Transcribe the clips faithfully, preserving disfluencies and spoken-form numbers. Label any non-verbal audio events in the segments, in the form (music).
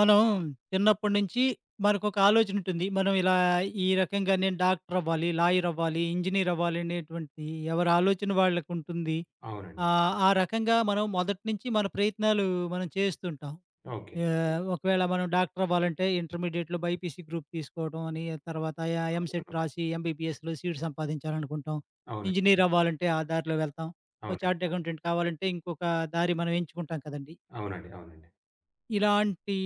మనం చిన్నప్పటి నుంచి మనకొక ఆలోచన ఉంటుంది. మనం ఇలా ఈ రకంగా నేను డాక్టర్ అవ్వాలి, లాయర్ అవ్వాలి, ఇంజినీర్ అవ్వాలి అనేటువంటి ఎవరి ఆలోచన వాళ్ళకుంటుంది. అవునండి. ఆహ్, ఆ ఆ రకంగా మనం మొదటి నుంచి మన ప్రయత్నాలు మనం చేస్తుంటాం. ఓకే. ఆహ్, ఒకవేళ మనం డాక్టర్ అవ్వాలంటే ఇంటర్మీడియేట్‌లో బైపీసీ గ్రూప్ తీసుకోవడం అని, తర్వాత య ఎంసెట్ రాసి ఎంబీబీఎస్‌లో సీట్ సంపాదించాలనుకుంటాం. అవును. ఇంజినీర్ అవ్వాలంటే ఆ దారిలో వెళ్తాం. ఒక చార్టర్డ్ అవునండి. అకౌంటెంట్ కావాలంటే ఇంకొక దారి మనం ఎంచుకుంటాం కదండీ! అవునండి. అవునండి. ఇలాంటి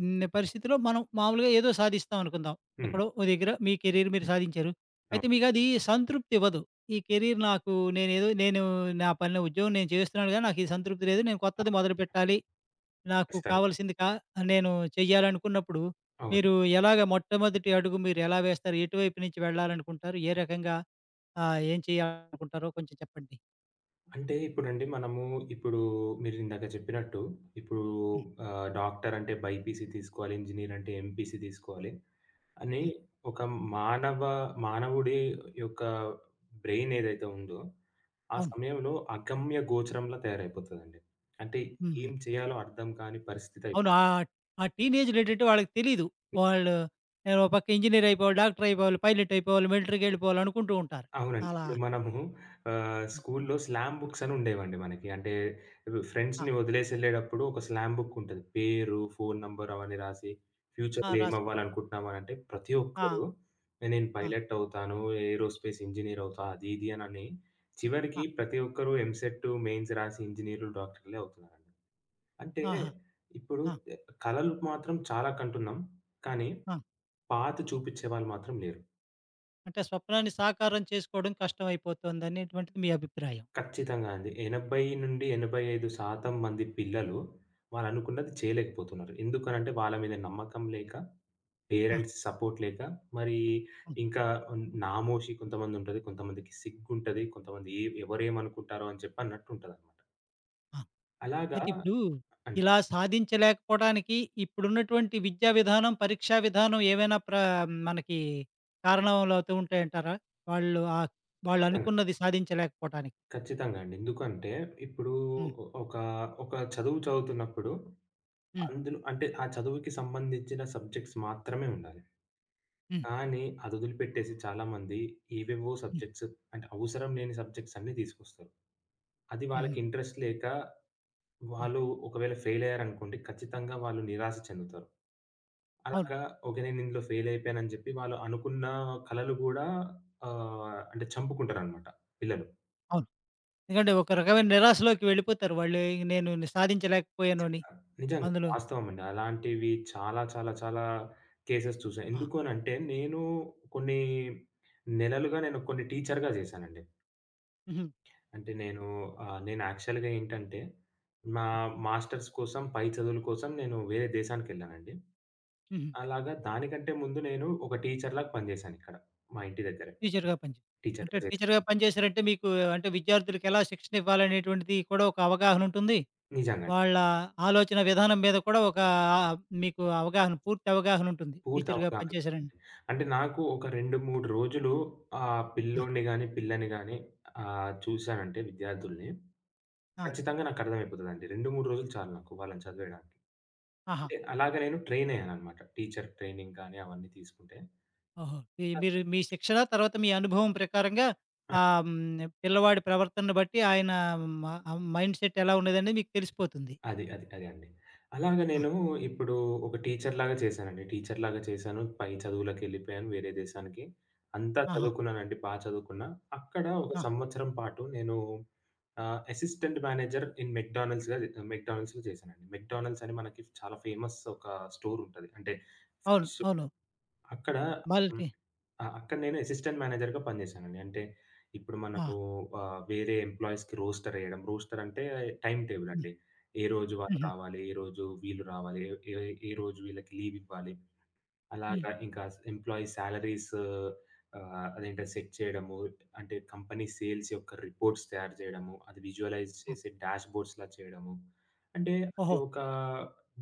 హ్మ్. పరిస్థితిలో మనం మామూలుగా ఏదో సాధిస్తాం అనుకుందాం. హ్మ్. ఎక్కడో ఓ దగ్గర మీ కెరీర్ మీరు సాధించారు. అయితే అవును. మీకది సంతృప్తి ఇవ్వదు. ఈ కెరీర్ నాకు నేనేదో నేను నా పనిలో ఉద్యోగం నేను చేస్తున్నాను గానీ, నాకు ఈ సంతృప్తి లేదు. నేను కొత్తది మొదలుపెట్టాలి. నాకు ఖచ్చితంగా. కావాల్సింది కా నేను చెయ్యాలనుకున్నప్పుడు అవును. మీరు ఎలాగ మొట్టమొదటి అడుగు మీరు ఎలా వేస్తారు? ఎటువైపు నుంచి వెళ్ళాలనుకుంటారు? ఏ రకంగా ఆహ్, ఏం చేయాలనుకుంటారో కొంచెం చెప్పండి? అంటే ఇప్పుడండి మనము ఇప్పుడు మీరిందాక చెప్పినట్టు ఇప్పుడు హ్మ్. ఆహ్, డాక్టర్ అంటే బైపీసీ తీసుకోవాలి, ఇంజినీర్ అంటే ఎంపీసీ తీసుకోవాలి అని హ్మ్. ఒక మానవ మానవుడి యొక్క బ్రెయిన్ ఏదైతే ఉందో, ఆ అవును. సమయంలో అగమ్య గోచరంలా తయారైపోతదండి. అంటే హ్మ్. ఏం చేయాలో అర్థం కాని పరిస్థితి అయిపోతుంది. అవును. ఆహ్, ఆ టీనేజ్‌లో ఏంటంటే వాళ్ళకి తెలీదు. వాళ్ళు నేను ఓ పక్క ఇంజినీర్ అయిపోవాలి, డాక్టర్ అయిపోవాలి, పైలట్ అయిపోవాలి, మిలిటరీకి వెళ్ళిపోవాలి అనుకుంటూ ఉంటారు. అవునండి. అలా ఇప్పుడు మనము ఆహ్, స్కూల్‌లో స్లామ్ బుక్స్ అని ఉండేవండి మనకి. అంటే ఆ! ఫ్రెండ్స్‌ని వదిలేసి ఎళ్ళేటప్పుడు ఒక స్లామ్ బుక్ ఉంటది. పేరు, ఫోను నంబర్ అవన్నీ రాసి ఆ! ఫ్యూచర్‌లో రాసుకు ఏమవ్వాలనుకుంటున్నాం అనంటే ప్రతి ఆ! ఒక్కరు నేను ఆ! పైలట్ అవుతాను, ఏరోస్పేస్ ఇంజినీర్ అవుతా అది ఇది అనని చివరికి ఆ! ప్రతి ఒక్కరు ఎంసెట్, మెయిన్స్ రాసి ఇంజినీర్‌లు, డాక్టర్‌లే అవుతున్నారండి. అంటే ఆహా! ఇప్పుడు ఆ! కలలు మాత్రం చాలా కంటున్నాం. కానీ ఆ! పాత్ చూపిచ్చేవాళ్ళు మాత్రం లేరు. అంటే స్వప్నాన్ని సాకారం చేసుకోవడం కష్టమైపోతుందనేటువంటిది మీ అభిప్రాయం. ఖచ్చితంగా అండి. ఎనభై-ఎనభై ఐదు శాతం మంది పిల్లలు వాళ్ళనుకున్నది చేయలేకపోతున్నారు. ఎందుకనంటే వాళ్ళ మీద నమ్మకం లేక, ఆ! పేరెంట్స్ సపోర్ట్ లేక, మరి హ్మ్. ఇంకా హ్మ్, నామోషి కొంతమందుంటది. కొంతమందికి సిగ్గుంటది. కొంతమంది ఏ ఎవరేమనుకుంటారో అని చెప్పి అన్నట్టుంటదనమాట. ఆ! అలాగా అయితే ఇప్పుడు అండి. ఇలా సాధించలేకపోవడానికి ఇప్పుడున్నటువంటి విద్యా విధానం, పరీక్షా విధానం ఏమైనా ప్ర మనకి కారణాలవుతూ ఉంటాయంటారా? వాళ్ళు ఆహ్, ఖచ్చితంగా. వాళ్ళనుకున్నది సాధించలేకపోవటానికి? ఖచ్చితంగా అండి. ఎందుకంటే ఇప్పుడు హ్మ్. ఒ ఒక ఒక చదువు చదువుతున్నప్పుడు హ్మ్. అందులో అంటే ఆ చదువుకి సంబంధించిన సబ్జెక్ట్స్ మాత్రమే ఉండాలి. హ్మ్. కానీ అదొదిలిపెట్టేసి చాలామంది ఏవేవో హ్మ్. సబ్జెక్ట్స్ అంటే అవసరం లేని సబ్జెక్ట్స్ అన్నీ తీసుకొస్తారు. అది హుహు. వాళ్ళకి ఇంట్రెస్ట్ లేక హ్మ్. వాళ్ళు ఒకవేళ ఫెయిల్ అయ్యారనుకోండి ఖచ్చితంగా వాళ్ళు నిరాశ చెందుతారు. అవును. అలాగా ఓకే. నేను ఇందులో ఫెయిల్ అయిపోయానని చెప్పి వాళ్ళు అనుకున్న కలలు గూడా ఆహ్, అంటే చంపుకుంటారనమాట పిల్లలు. అవును. ఎందుకంటే ఒక రకమైన నిరాశలోకి వెళ్ళిపోతారు వాళ్ళు. ఇంక నేను సాధించలేకపోయాను అని. నిజంగా అందులో వాస్తవం అండి. అలాంటివి చాలా చాలా చాలా కేసెస్ చూసా. ఆ! ఎందుకు అనంటే నేను కొన్ని నెలలుగా నేను కొన్ని టీచర్‌గా చేశానండి. హుహు. అంటే నేను ఆహ్, నేను యాక్చువల్‌గా ఏంటంటే, నా హ్మ్. మాస్టర్స్ కోసం, పై చదువుల కోసం నేను వేరే దేశానికెళ్ళానండి. హుహు. అలాగా దానికంటే ముందు నేను ఒక టీచర్‌లాగా పనిజేశానిక్కడ. మా ఇంటి దగ్గరే. టీచర్‌గా పనిచే అంటే టీచర్‌గా టీచర్‌గా చేశాను. పనిచేశారంటే మీకు అంటే విద్యార్థులకి ఎలా శిక్షణ ఇవ్వాలనేటువంటిది కూడా ఒక అవగాహన ఉంటుంది. నిజంగానే. వాళ్ళ ఆలోచన విధానం మీద కూడా ఒక ఆహ్, మీకు అవగాహన పూర్తి అవగాహన ఉంటుంది. పూర్తి టీచర్‌గా అవగాహన పనిచేశారండి. ఉందండి. అంటే నాకు ఒక రెండు, మూడు రోజులు ఆ ఆ! పిల్లోడిని గాని, పిల్లని గాని ఆహ్, చూశానంటే విద్యార్థుల్ని ఆ! ఖచ్చితంగా నాకర్థమైపోతదండి. రెండు, మూడు రోజులు చాలు నాకు వాళ్ళని చదివేయడానికి. ఆహా! అంటే అలాగ నేను ట్రైన్ అయ్యాననమాట. టీచర్ ట్రైనింగ్ కానీ అవన్నీ తీసుకుంటే. ఓహో! మీ మీరు మీ శిక్షణ తర్వాత మీ అనుభవం ప్రకారంగా ఆహ్, హ్మ్. పిల్లవాడి ప్రవర్తనను బట్టి ఆయన మ మైండ్‌సెట్ ఎలా ఉండేదనేది మీకు తెలిసిపోతుంది. అది. అది. అదే అండి. అలాగా ఆ! నేను ఇప్పుడు ఒక టీచర్‌లాగా చేశానండి. టీచర్‌లాగా చేశాను. పై చదువులకెళ్ళిపోయాను వేరే దేశానికి. అంతా ఆహా! చదువుకున్నానండి. బా చదువుకున్నా. అక్కడ ఒక ఆ! సంవత్సరం పాటు నేను ఆహ్, అసిస్టెంట్ మేనేజర్ ఇన్ మెక్‌డానల్డ్స్‌గా మెక్‌డానల్డ్స్‌లో చేశానండి. మెక్‌డానల్డ్స్ అని మనకి చాలా ఫేమస్ ఒక స్టోర్ ఉంటది. అంటే అవును. ఫుడ్స్ అవును. అక్కడ మల్టీ ఆ! అక్కడ నేను అసిస్టెంట్ మేనేజర్‌గా పనిజేశానండి. అంటే ఇప్పుడు ఆ! మనము ఆహ్, వేరే ఎంప్లాయీస్‌కి రోస్టర్ ఎయడం. రోస్టర్ అంటే టైమ్ టేబుల్ హ్మ్. అండి. ఏ రోజు వాళ్ళు హుహు. రావాలి, ఏ రోజు వీళ్ళు రావాలి, ఏ ఏ రోజు వీళ్ళకి లీవ్ ఇవ్వాలి. హ్మ్. అలాగా ఇంకా ఎంప్లాయీ సాలరీస్ ఆహ్, అదేంటది సెట్ చేయడము. అంటే కంపెనీ సేల్స్ యొక్క రిపోర్ట్స్ తయారు చేయడము. అది విజువలైజ్ ఆ! చేసి డాష్‌బోర్డ్స్‌లా చేయడము. అంటే అది ఓహో! ఒక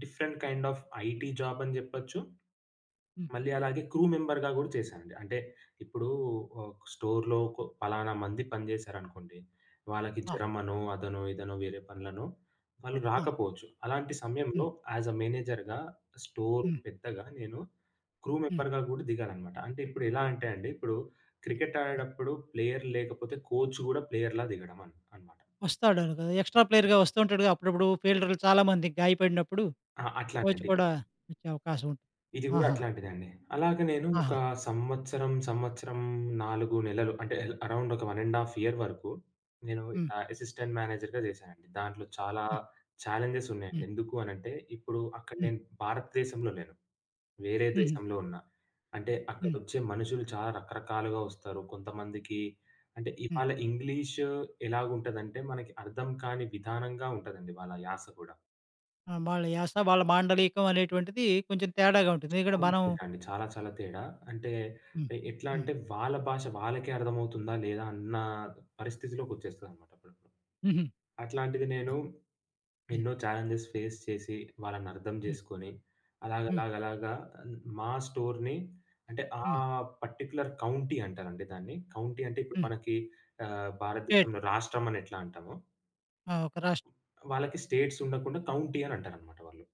different kind of IT job అని జెప్పొచ్చు. హ్మ్. మళ్ళీ అలాగే క్రూ మెంబర్‌గా గూడా చేశానండి. అంటే ఇప్పుడు ఆహ్, స్టోర్‌లో కొ పలానా మంది పనిజేశారనుకోండి. వాళ్ళకి ఆ! జ్వరమనో, అదనో, ఇదనో వేరే పనులనో వాళ్ళు ఆ! రాకపోవచ్చు. అలాంటి సమయంలో హ్మ్. యాస్ ఎ మేనేజర్‌గా స్టోర్ హ్మ్. పెద్దగా నేను క్రూ హ్మ్. మెంబర్‌గా గూడా దిగాననమాట. అంటే ఇప్పుడు ఎలా అంటే అండి, ఇప్పుడు క్రికెట్ హ్మ్. ఆడేటప్పుడు ప్లేయర్ లేకపోతే కోచ్ గూడా ప్లేయర్‌లా దిగడం అన్ అన్నమాట. వస్తాడాడు కదా! ఎక్స్‌ట్రా ప్లేయర్‌గా వస్తూ ఉంటాడుగా అప్పుడప్పుడు ఫీల్డర్‌లు చాలామంది గాయపడినప్పుడు ఆ! కోచ్ అట్లాంటండి. కూడా వచ్చే అవకాశం ఉంటుంది. ఇది గూడా ఆహా! అట్లాంటిదండి. అలాగ నేను ఆహా! ఒక సంవత్సరం, సంవత్సరం నాలుగు నెలలు అంటే అరౌండ్ ఒక ఒకటి ½ ఇయర్ వరకు నేను హ్మ్. ఇట్లా అసిస్టెంట్ మేనేజర్‌గా చేశానండి. దాంట్లో చాలా హ్మ్. ఛాలెంజెస్ ఉన్నాయండి. హ్మ్. ఎందుకు అనంటే ఇప్పుడు అక్కడ హ్మ్. నేను భారతదేశంలో లేను. వేరే హుహు. దేశంలో ఉన్నా. అంటే హ్మ్. అక్కడొచ్చే మనుషులు చాలా రకరకాలుగా వస్తారు. కొంతమందికి అంటే హ్మ్. ఇవాళ ఇంగ్లీష్ ఎలాగుంటదంటే మనకి అర్థం కాని విధానంగా ఉంటదండి వాళ్ళ యాస కూడా. ఆ! వాళ్ళ యాస, వాళ్ళ మాండలికం అనేటువంటిది కొంచెం తేడాగా ఉంటుంది. ఇక్కడ అవును మనం అండి. చాలా చాలా తేడా. అంటే హ్మ్. ఎ ఎట్లా హ్మ్. అంటే వాళ్ళ భాష వాళ్ళకే అర్థమవుతుందా? లేదా? అన్న పరిస్థితిలోకొచ్చేస్తదనమాట అప్పుడప్పుడు. హుహు. అట్లాంటిది ఆ! నేను హ్మ్. ఎన్నో ఛాలెంజెస్ ఫేస్ చేసి వాళ్ళని అర్థం హ్మ్. జేసుకొని హ్మ్. అలాగలాగలాగా ఆహ్, మా స్టోర్‌ని అంటే ఆ హ్మ్. పర్టిక్యులర్ కౌంటీ అంటారండి దాన్ని. కౌంటీ అంటే ఇప్పుడు హ్మ్. మనకి ఆహ్, స్టేట్. భారతదేశంలో రాష్ట్రం అని ఎట్లా అంటామో ఆ! ఒక రాష్ట్రం. వాళ్ళకి స్టేట్స్ ఉండకుండా కౌంటీ అని అంటారనమాట వాళ్ళు.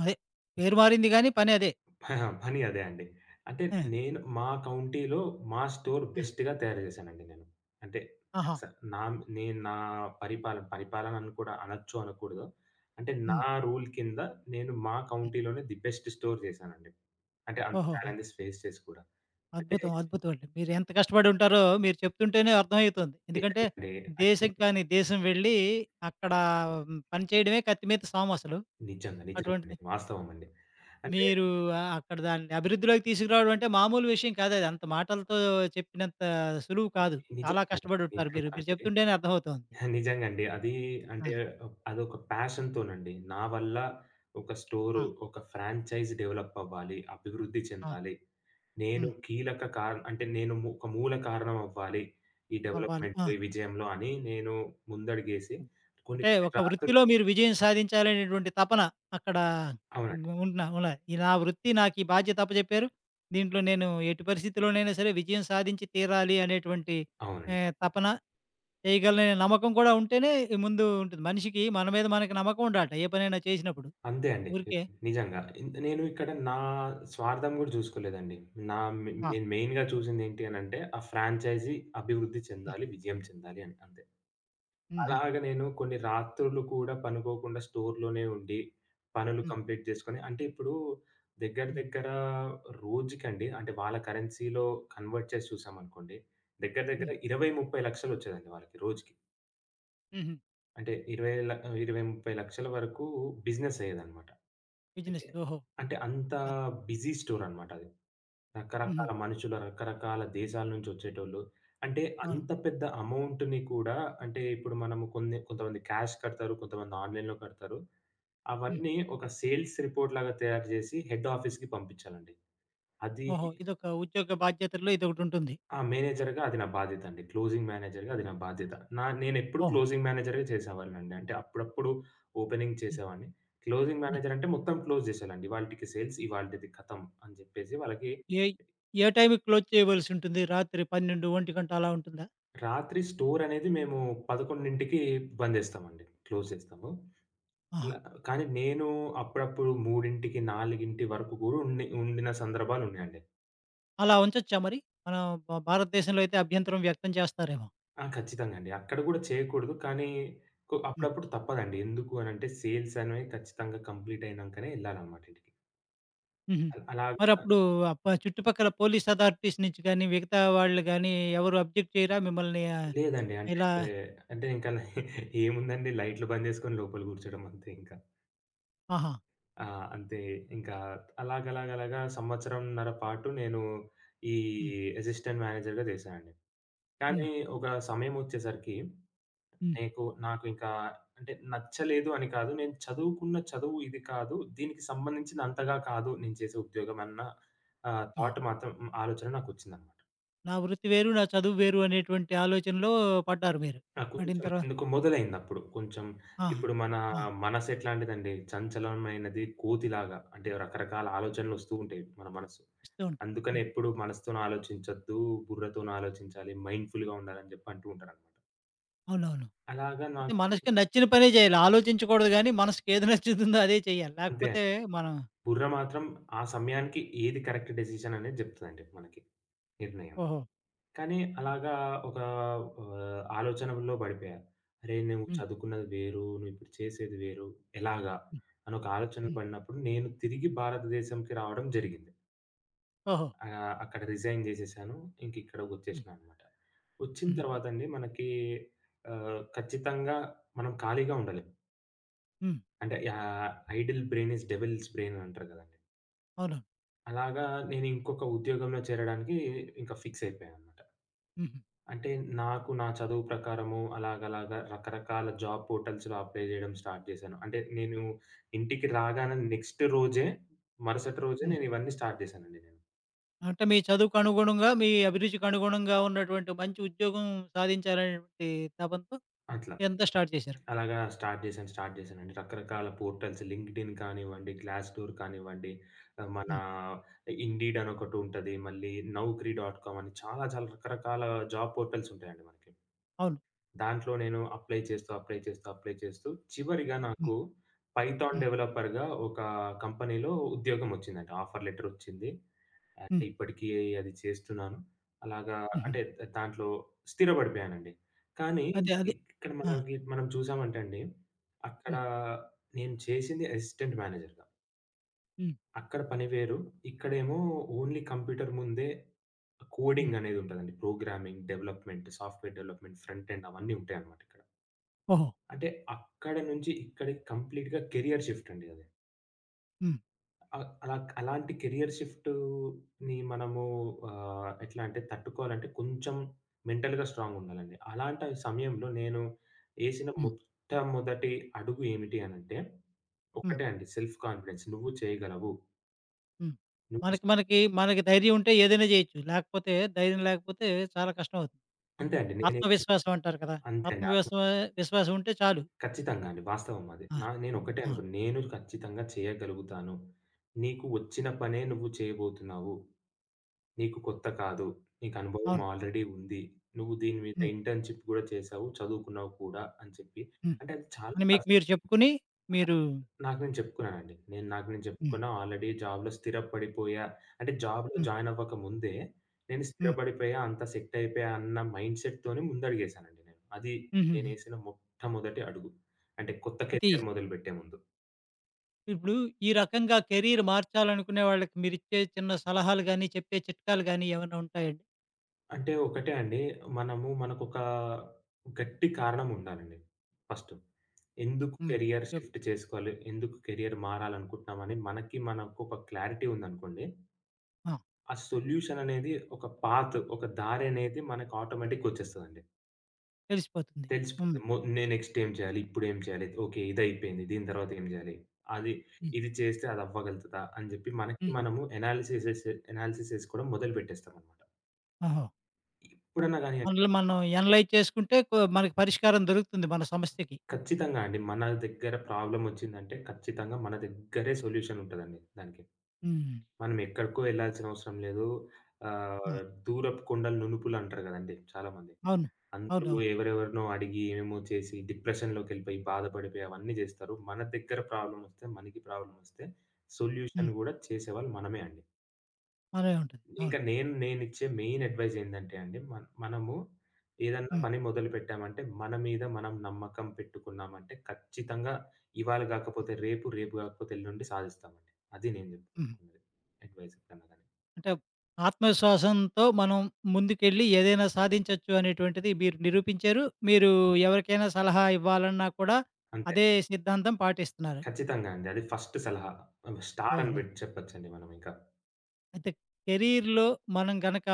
అదే పేరు మారింది గానీ పని అదే. అహా! పని అదే అండి. అంటే ఆ! నేను మా కౌంటీలో మా స్టోర్ ఆ! బెస్ట్‌గా తయారు చేశానండి నేను. అంటే ఆహా! స నా నేను నా పరిపాలన పరిపాలన అని కూడా అనొచ్చో అనకూడదో. అంటే నా హ్మ్. రూల్ కింద నేను మా హ్మ్. కౌంటీలోనే ది బెస్ట్ స్టోర్ చేశానండి. అంటే అంత ఓహోహో! చాలెంజెస్ ఫేస్ చేసి కూడా. అంటే అద్భుతం. అద్భుతం అండి. మీరు ఎంత కష్టపడి ఉంటారో మీరు చెప్తుంటేనే అర్థమవుతుంది. ఎందుకంటే నిజంగండి. అంటే దేశం కాని దేశం వెళ్ళి అక్కడ పనిచేయడమే కత్తి మీద సామసలు. నిజంగా అటువంటిది నిజంగండి. వాస్తవం అండి. అంటే మీరు ఆహ్, అక్కడ దాన్ని అభివృద్ధిలోకి తీసుకురావడం అంటే మామూలు విషయం కాదది. అంత మాటలతో చెప్పినంత సులువు కాదు. చాలా నిజంగా అండి. కష్టపడుంటారు నిజంగా మీరు. మీరు అండి. చెప్తుంటేనే అర్థమవుతోంది. నిజంగండి. అది ఆ! అంటే ఆహ్, అదొక ప్యాషన్‌తోనండి. నా వల్ల ఒక స్టోరు, ఆ! ఒక ఫ్రాంచైజ్ డెవలప్ అవ్వాలి, అభివృద్ధి అవును. చెందాలి. నేను హ్మ్. కీలక కారణం అంటే నేను ము ఒక మూల కారణం అవ్వాలి. ఈ అవ్వాలి. డెవలప్‌మెంట్‌లో, ఆ! ఈ విజయంలో అని నేను ముందడుగేసి హ్మ్. కొన్ని అంటే కొన్ని ఒక రాత్రులు వృత్తిలో మీరు విజయం సాధించాలనేటువంటి తపన అక్కడ అవునండి. ఉన్న ఉన్న ఈ నా వృత్తి నాకు ఈ బాధ్యత అప్పజెప్పారు. దీంట్లో నేను ఎట్టి పరిస్థితిలోనైనా సరే విజయం సాధించి తీరాలి అనేటువంటి అవునండి. ఆహ్, తపన చేయగలననే నమ్మకం కూడా ఉంటేనే ముందు ఉంటుంది. మనిషికి మన మీద మనకి నమ్మకం ఉండాలట ఏ పనైనా చేసినప్పుడు. అంతే అండి. ఊరికే. నిజంగా. ఇంత్ నేను ఇక్కడ నా స్వార్థం గూడా చూసుకోలేదండి. నా మె ఆ! నేను మెయిన్‌గా చూసిందేంటి అనంటే, ఆ ఫ్రాంచైజీ అభివృద్ధి హ్మ్. చెందాలి, విజయం చెందాలి అని అంతే. హుహు. అలాగ నేను కొన్ని రాత్రులు కూడా పనుకోకుండా స్టోర్‌లోనే ఉండి, పనులు హ్మ్. కంప్లీట్ చేసుకొని అంటే ఇప్పుడు దగ్గర హ్మ్. దగ్గర రోజుకండి అంటే వాళ్ళ కరెన్సీలో కన్వర్ట్ చేసి చూసామనుకోండి. దగ్గర దగ్గర హ్మ్. ఇరవై, ముప్పై లక్షలొచ్చేదండి వాళ్ళకి రోజుకి. హుహు. అంటే ఇరవై ల ఇరవై, ముప్పై లక్షల వరకు బిజినెస్ అయ్యేదనమాట. అంటే బిజినెస్. ఓహో! అంటే అంత యాహ్! బిజీ స్టోర్ అనమాట అది. హుహు. రకరకాల మనుషులు, రకరకాల దేశాల నుంచి వచ్చేటోళ్ళు. అంటే అవును. అంత పెద్ద అమౌంట్‌ని కూడా అంటే ఇప్పుడు మనము కొన్ని కొంతమంది క్యాష్ కడతారు. కొంతమంది ఆన్‌లైన్‌లో కడతారు. హ్మ్. అవన్నీ ఒక సేల్స్ రిపోర్ట్ లాగా తయారు చేసి హెడ్ ఆఫీస్‌కి పంపించాలండి. అది ఓహో! ఇదొక ఉద్యోగ బాధ్యతల్లో ఇదొకటుంటుంది. ఆ! మేనేజర్‌గా అది నా బాధ్యత అండి. క్లోజింగ్ మేనేజర్‌గా అది నా బాధ్యత. నా నేనెప్పుడు ఓహో! క్లోజింగ్ మేనేజర్‌గా చేసేవాడినండి. అంటే అప్పుడప్పుడు ఓపెనింగ్ హ్మ్. చేసేవాడిని. క్లోజింగ్ హ్మ్. మేనేజర్ అంటే మొత్తం క్లోజ్ చేసేయాలండి. ఇవాల్టికి సేల్స్, ఇవాల్టిది ఖతం అని చెప్పేసి వాళ్ళకి ఏ ఏ టైంకి క్లోజ్ చేయవలసుంటుంది? రాత్రి పన్నెండు, ఒకటి అలా ఉంటుందా? రాత్రి స్టోర్ అనేది మేము పదకొండుకి బంద్ చేస్తామండి. క్లోజ్ చేస్తాము. ఆహా! అలా కానీ నేను అప్పుడప్పుడు మూడు, నాలుగు వరకు కూడా ఉండి ఉండిన సందర్భాలున్నాయండి. అలా ఉంచొచ్చా మరి? మన భా భారతదేశంలో అయితే అభ్యంతరం వ్యక్తం చేస్తారేమో! ఆ! ఖచ్చితంగా అండి. అక్కడ గూడా చేయకూడదు. కానీ కొ హ్మ్. అప్పుడప్పుడు తప్పదండి. ఎందుకు అనంటే సేల్స్ అనేవి ఖచ్చితంగా కంప్లీట్ అయినంకనే ఎళ్ళాలన్నమాట ఇంటికి. హుహు. అల్ అలా మరప్పుడు అప్ చుట్టుపక్కల పోలీస్ అథారిటీస్ నుంచి గాని, మిగతా వాళ్ళు గాని ఎవరు అబ్జెక్ట్ చేయరా మిమ్మల్ని ఆహ్, లేదండి. ఇలా? అంటే, అంటే ఇంకా (laughs) ఏముందండి లైట్లు బంద్ జేసుకొని లోపల గూర్చోవడం అంతే ఇంకా. ఆహా! ఆ! అంతే ఇంకా అలాగలాగలాగా సంవత్సరంన్నర పాటు నేను ఈ హ్మ్. అసిస్టెంట్ మేనేజర్‌గా చేశానండి. హ్మ్. కానీ ఒక సమయమొచ్చేసరికి హ్మ్. నీకు నాకు ఇంకా అంటే నచ్చలేదు అని కాదు. నేను చదువుకున్న చదువు ఇది కాదు. దీనికి సంబంధించింది అంతగా కాదు నేను చేసే ఉద్యోగం అన్న ఆహ్, ఓహో! థాట్ మాత్రం ఆలోచన నాకొచ్చిందనమాట. నా వృత్తి వేరు, నా చదువు వేరు అనేటువంటి ఆలోచనలో పడ్డారు మీరు. నాకు పడిన కొంచెం తర్వాత ఎందుకో మొదలైందప్పుడు. కొంచెం ఆహా! ఇప్పుడు మన ఆ! మనసు ఎట్లాంటిదండి చంచలమైనది కోతిలాగా. అంటే రకరకాల ఆలోచనలొస్తూ ఉంటాయి మన మనసు. ఇస్తూ ఉంటాయి. అందుకని హ్మ్. ఎప్పుడు మనసుతోని ఆలోచించొద్దు, బుర్రతోని ఆలోచించాలి, మైండ్‌ఫుల్‌గా ఉండాలని జెప్పి అంటూ ఉంటారనమాట. అవునవును. అలాగా అయితే నాకు మనసుకి నచ్చిన పనే చేయాలి. ఆలోచించకూడదు గానీ, మనసుకేది నచ్చుతుందో అదే చేయాలి. అంతే. లేకపోతే మనం బుర్ర మాత్రం ఆ సమయానికి ఏది కరెక్ట్ డెసిషన్ అనేది జెప్తదండి మనకి నిర్ణయం. ఓహో! కానీ అలాగా ఒక ఆహ్, ఆలోచనలో పడిపోయా. అరే! నువ్వు హ్మ్. చదువుకున్నది వేరు, నువ్విప్పుడు చేసేది వేరు, ఎలాగా హ్మ్. అని ఒక ఆలోచన హ్మ్. పడినప్పుడు నేను తిరిగి భారతదేశంకి రావడం జరిగింది. ఓహో! ఆహ్, అక్కడ రిజైన్ జేసేసాను. ఇంక హ్మ్. ఇక్కడికొచ్చేసినా అనమాట. వచ్చిన హుహు. తర్వాత అండి మనకి ఆహ్, ఖచ్చితంగా మనం ఖాళీగా ఉండలేం. హ్మ్. అంటే ఆహ్, idle brain is devil's brain అంటారు గదండీ! అవునవును. అలాగా నేనింకొక ఉద్యోగంలో చేరడానికి ఇంకా ఫిక్స్ అయిపోయాననమాట. హుహు. అంటే నాకు నా చదువు ప్రకారము అలాగలాగా రకరకాల జాబ్ పోర్టల్స్‌లో అప్లై చేయడం స్టార్ట్ చేశాను. అంటే నేను ఇంటికి రాగానే నెక్స్ట్ రోజే, మరుసటి రోజే హ్మ్. నేనివన్నీ స్టార్ట్ చేశానండి నేను. అంటే మీ చదువుకు అనుగుణంగా, మీ అభిరుచికి అనుగుణంగా ఉన్నటువంటి మంచి ఉద్యోగం సాధించాలనేటువంటి తపనతో అట్లా. ఇదంతా స్టార్ట్ చేశారు. అలాగా స్టార్ట్ చేశాను, స్టార్ట్ చేశానండి. రకరకాల పోర్టల్స్ లింక్డ్ఇన్ కానివ్వండి, గ్లాస్‌డోర్ కానివ్వండి, ఆహ్, మన హ్మ్. ఇండీడ్ అని ఒకటుంటది. మళ్ళీ నౌకరీ డాట్ కామ్ అని చాలా చాలా రకరకాల జాబ్ పోర్టల్స్ ఉంటాయండి మనకి. అవును. దాంట్లో నేను అప్లై చేస్తూ, అప్లై చేస్తూ, అప్లై చేస్తూ చివరిగా హ్మ్. నాకు పైథాన్ హ్మ్. డెవలపర్‌గా ఒక కంపెనీలో ఉద్యోగం వచ్చిందండి. ఆఫర్ లెటర్ వచ్చింది. అంటే హ్మ్. ఇప్పటికీ అది చేస్తున్నాను. అలాగా హుహు. అంటే దాంట్లో స్థిరపడిపోయానండి. కానీ అదే. అదే. ఇక్కడ ఆ! మనకి మనం చూసామంటే అండి, అక్కడ హ్మ్. నేను చేసింది అసిస్టెంట్ మేనేజర్‌గా. హ్మ్. అక్కడ పని వేరు. ఇక్కడేమో ఓన్లీ కంప్యూటర్ ముందే హ్మ్. కోడింగ్ అనేది ఉంటదండి. Programming, development, software development, front end అవన్నీ ఉంటాయన్నమాట ఇక్కడ. ఓహో! అంటే అక్కడ నుంచి ఇక్కడికి కంప్లీట్‌గా కెరియర్ షిఫ్ట్ అండి అది. హ్మ్. ఆహ్, అలా అలాంటి కెరియర్ షిఫ్ట్‌ని మనము ఆహ్, ఎట్లా అంటే తట్టుకోవాలంటే కొంచెం మెంటల్‌గా స్ట్రాంగ్ ఉండాలండి. అలాంటి సమయంలో నేను ఏసిన హ్మ్. మొట్టమొదటి అడుగు ఏమిటి అనంటే, హ్మ్. ఒకటే అండి సెల్ఫ్ కాన్ఫిడెన్స్ నువ్వు చేయగలవు. హ్మ్. నువ్వు చే మనకి మనకి మనకి ధైర్యం ఉంటే ఏదైనా చేయొచ్చు. లేకపోతే ధైర్యం లేకపోతే చాలా కష్టమవుతుంది. అంతే అండి. నేనే ఆత్మవిశ్వాసం అంటారు కదా! అంతే అండి. ఆత్మ ఆత్మవిశ్వ విశ్వాసం ఉంటే చాలు. ఖచ్చితంగా అండి. వాస్తవం అది. ఆ! నా నేను ఒకటే ఆ! అనుకున్నా. నేను ఖచ్చితంగా చేయగలుగుతాను. నీకు వచ్చిన పనే నువ్వు చేయబోతున్నావు. నీకు కొత్త కాదు. నీకు అనుభవం అవును. ఆల్రెడీ ఉంది. నువ్వు దీని మీద హ్మ్. ఇంటర్న్‌షిప్ గూడా చేశావు. చదువుకున్నావు కూడా అని చెప్పి. హ్మ్. అంటే అది చాలా అని మీకు కస్ మీరు చెప్పుకొని మీరు నాకు నేను చెప్పుకున్నానండి. నేను నాకు నేను హ్మ్. చెప్పుకున్నా ఆల్రెడీ జాబ్‌లో స్థిరపడిపోయా. అంటే జాబ్‌లో హ్మ్. జాయిన్ అవ్వక ముందే నేను హ్మ్. స్థిరపడిపోయా, అంతా సెట్ అయిపోయా అన్న మైండ్‌సెట్‌తోనే ముందడుగేశానండి నేను. అది హుహుహు. నేనేసిన మొట్టమొదటి అడుగు. అంటే కొత్త అయితే కెరియర్ మొదలుపెట్టే ముందు. ఇప్పుడు ఈ రకంగా కెరీర్ మార్చాలనుకునే వాళ్ళకి మీరిచ్చే చిన్న సలహాలు గాని, చెప్పే చిట్కాలు గాని ఏమైనా ఉంటాయండి? అంటే ఒకటే అండి. మనము మనకొక గట్టి కారణం ఉండాలండి ఫస్ట్. ఎందుకు హ్మ్. కెరియర్ ఉద్యోగం షిఫ్ట్ చేసుకోవాలి? ఎందుకు కెరియర్ మారాలనుకుంటున్నామని మనకి మనకు ఒక క్లారిటీ ఉందనుకోండి. ఆ! ఆ సొల్యూషన్ అనేది ఒక పాత్, ఒక దారి అనేది మనకు ఆటోమేటిక్‌గా వచ్చేస్తదండి. తెలిసిపోతుంది. తెలిసిపోతుంది. హ్మ్. మొ నేను నెక్స్ట్ ఏం చేయాలి? ఇప్పుడు ఏం చేయాలి? ఓకే. ఇదయిపోయింది. దీని తర్వాత ఏం చేయాలి? అది హ్మ్. ఇది చేస్తే అది అవ్వగలుగుతదా? అని చెప్పి మనకి హ్మ్. మనము ఎనాలిసిస్ ఎసే ఎనాలిసిస్ చేసుకోవడం మొదలు పెట్టేస్తామనమాట. ఓహో! ఎప్పుడన్నా గాని మనల్ని మనం ఎనలైజ్ చేసుకుంటే కొ మనకి పరిష్కారం దొరుకుతుంది మన సమస్యకి. ఖచ్చితంగా అండి. మన దగ్గర ప్రాబ్లమొచ్చిందంటే, ఖచ్చితంగా మన దగ్గరే సొల్యూషన్ ఉంటదండి దానికి. హ్మ్. మనం ఎక్కడికో ఎళ్ళాల్సిన అవసరం లేదు. ఆహ్, హ్మ్. దూరపు కొండలు నునుపులంటారు గదండీ చాలామంది. అవును. అందరూ అవునవును. ఎవరెవరినో అడిగి, ఏమేమో చేసి, డిప్రెషన్‌లోకెళ్ళిపోయి, బాధపడిపోయి అవన్నీ జేస్తారు. మన దగ్గర ప్రాబ్లమొస్తే, మనకి ప్రాబ్లమొస్తే సొల్యూషన్ హ్మ్. గూడా చేసేవాళ్ళు మనమే అండి. అలాగే ఉంటుంది. ఇంకా అవును. నేను నేనిచ్చే మెయిన్ అడ్వైస్ ఏందంటే అండి, మన మనము ఏదన్నా హ్మ్. పని మొదలుపెట్టామంటే, మన మీద మనం నమ్మకం పెట్టుకున్నామంటే, ఖచ్చితంగా ఇవాళ హ్మ్. గాకపోతే రేపు, రేపు గాకపోతే ఎల్లుండి సాధిస్తామండి. అది నేను హుహు. జెప్పాలనుకున్నది. అడ్వైస్ కన్నా గాని. అంటే ఆత్మవిశ్వాసంతో మనం ముందుకెళ్ళి ఏదైనా సాధించొచ్చు అనేటువంటిది మీరు నిరూపించారు. మీరు ఎవరికైనా సలహా ఇవ్వాలన్నా కూడా అంతే. అదే సిద్ధాంతం పాటిస్తున్నారు. ఖచ్చితంగా అండి. అది ఫస్ట్ సలహా. ఆహ్, స్టార్ అని ఓహో! బెట్ చెప్పొచ్చండి మనం ఇంకా. అయితే కెరీర్‌లో మనం గనక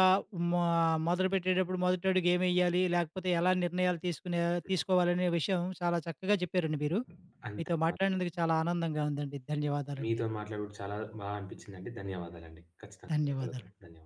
మా మొదలుపెట్టేటప్పుడు మొదటడుగు ఏమెయ్యాలి? లేకపోతే ఎలా నిర్ణయాలు తీసుకునే తీసుకోవాలనే విషయం చాలా చక్కగా చెప్పారండి మీరు. అంతే. మీతో మాట్లాడినందుకు చాలా ఆనందంగా ఉందండి. ధన్యవాదాలండి. మీతో మాట్లాడి గూడా చాలా బా అనిపిచ్చిందండి. ధన్యవాదాలండి. ఖచ్చితంగా మళ్ళీ కలుద్దాం. ధన్యవాదాలు. ధన్యవాదాలు.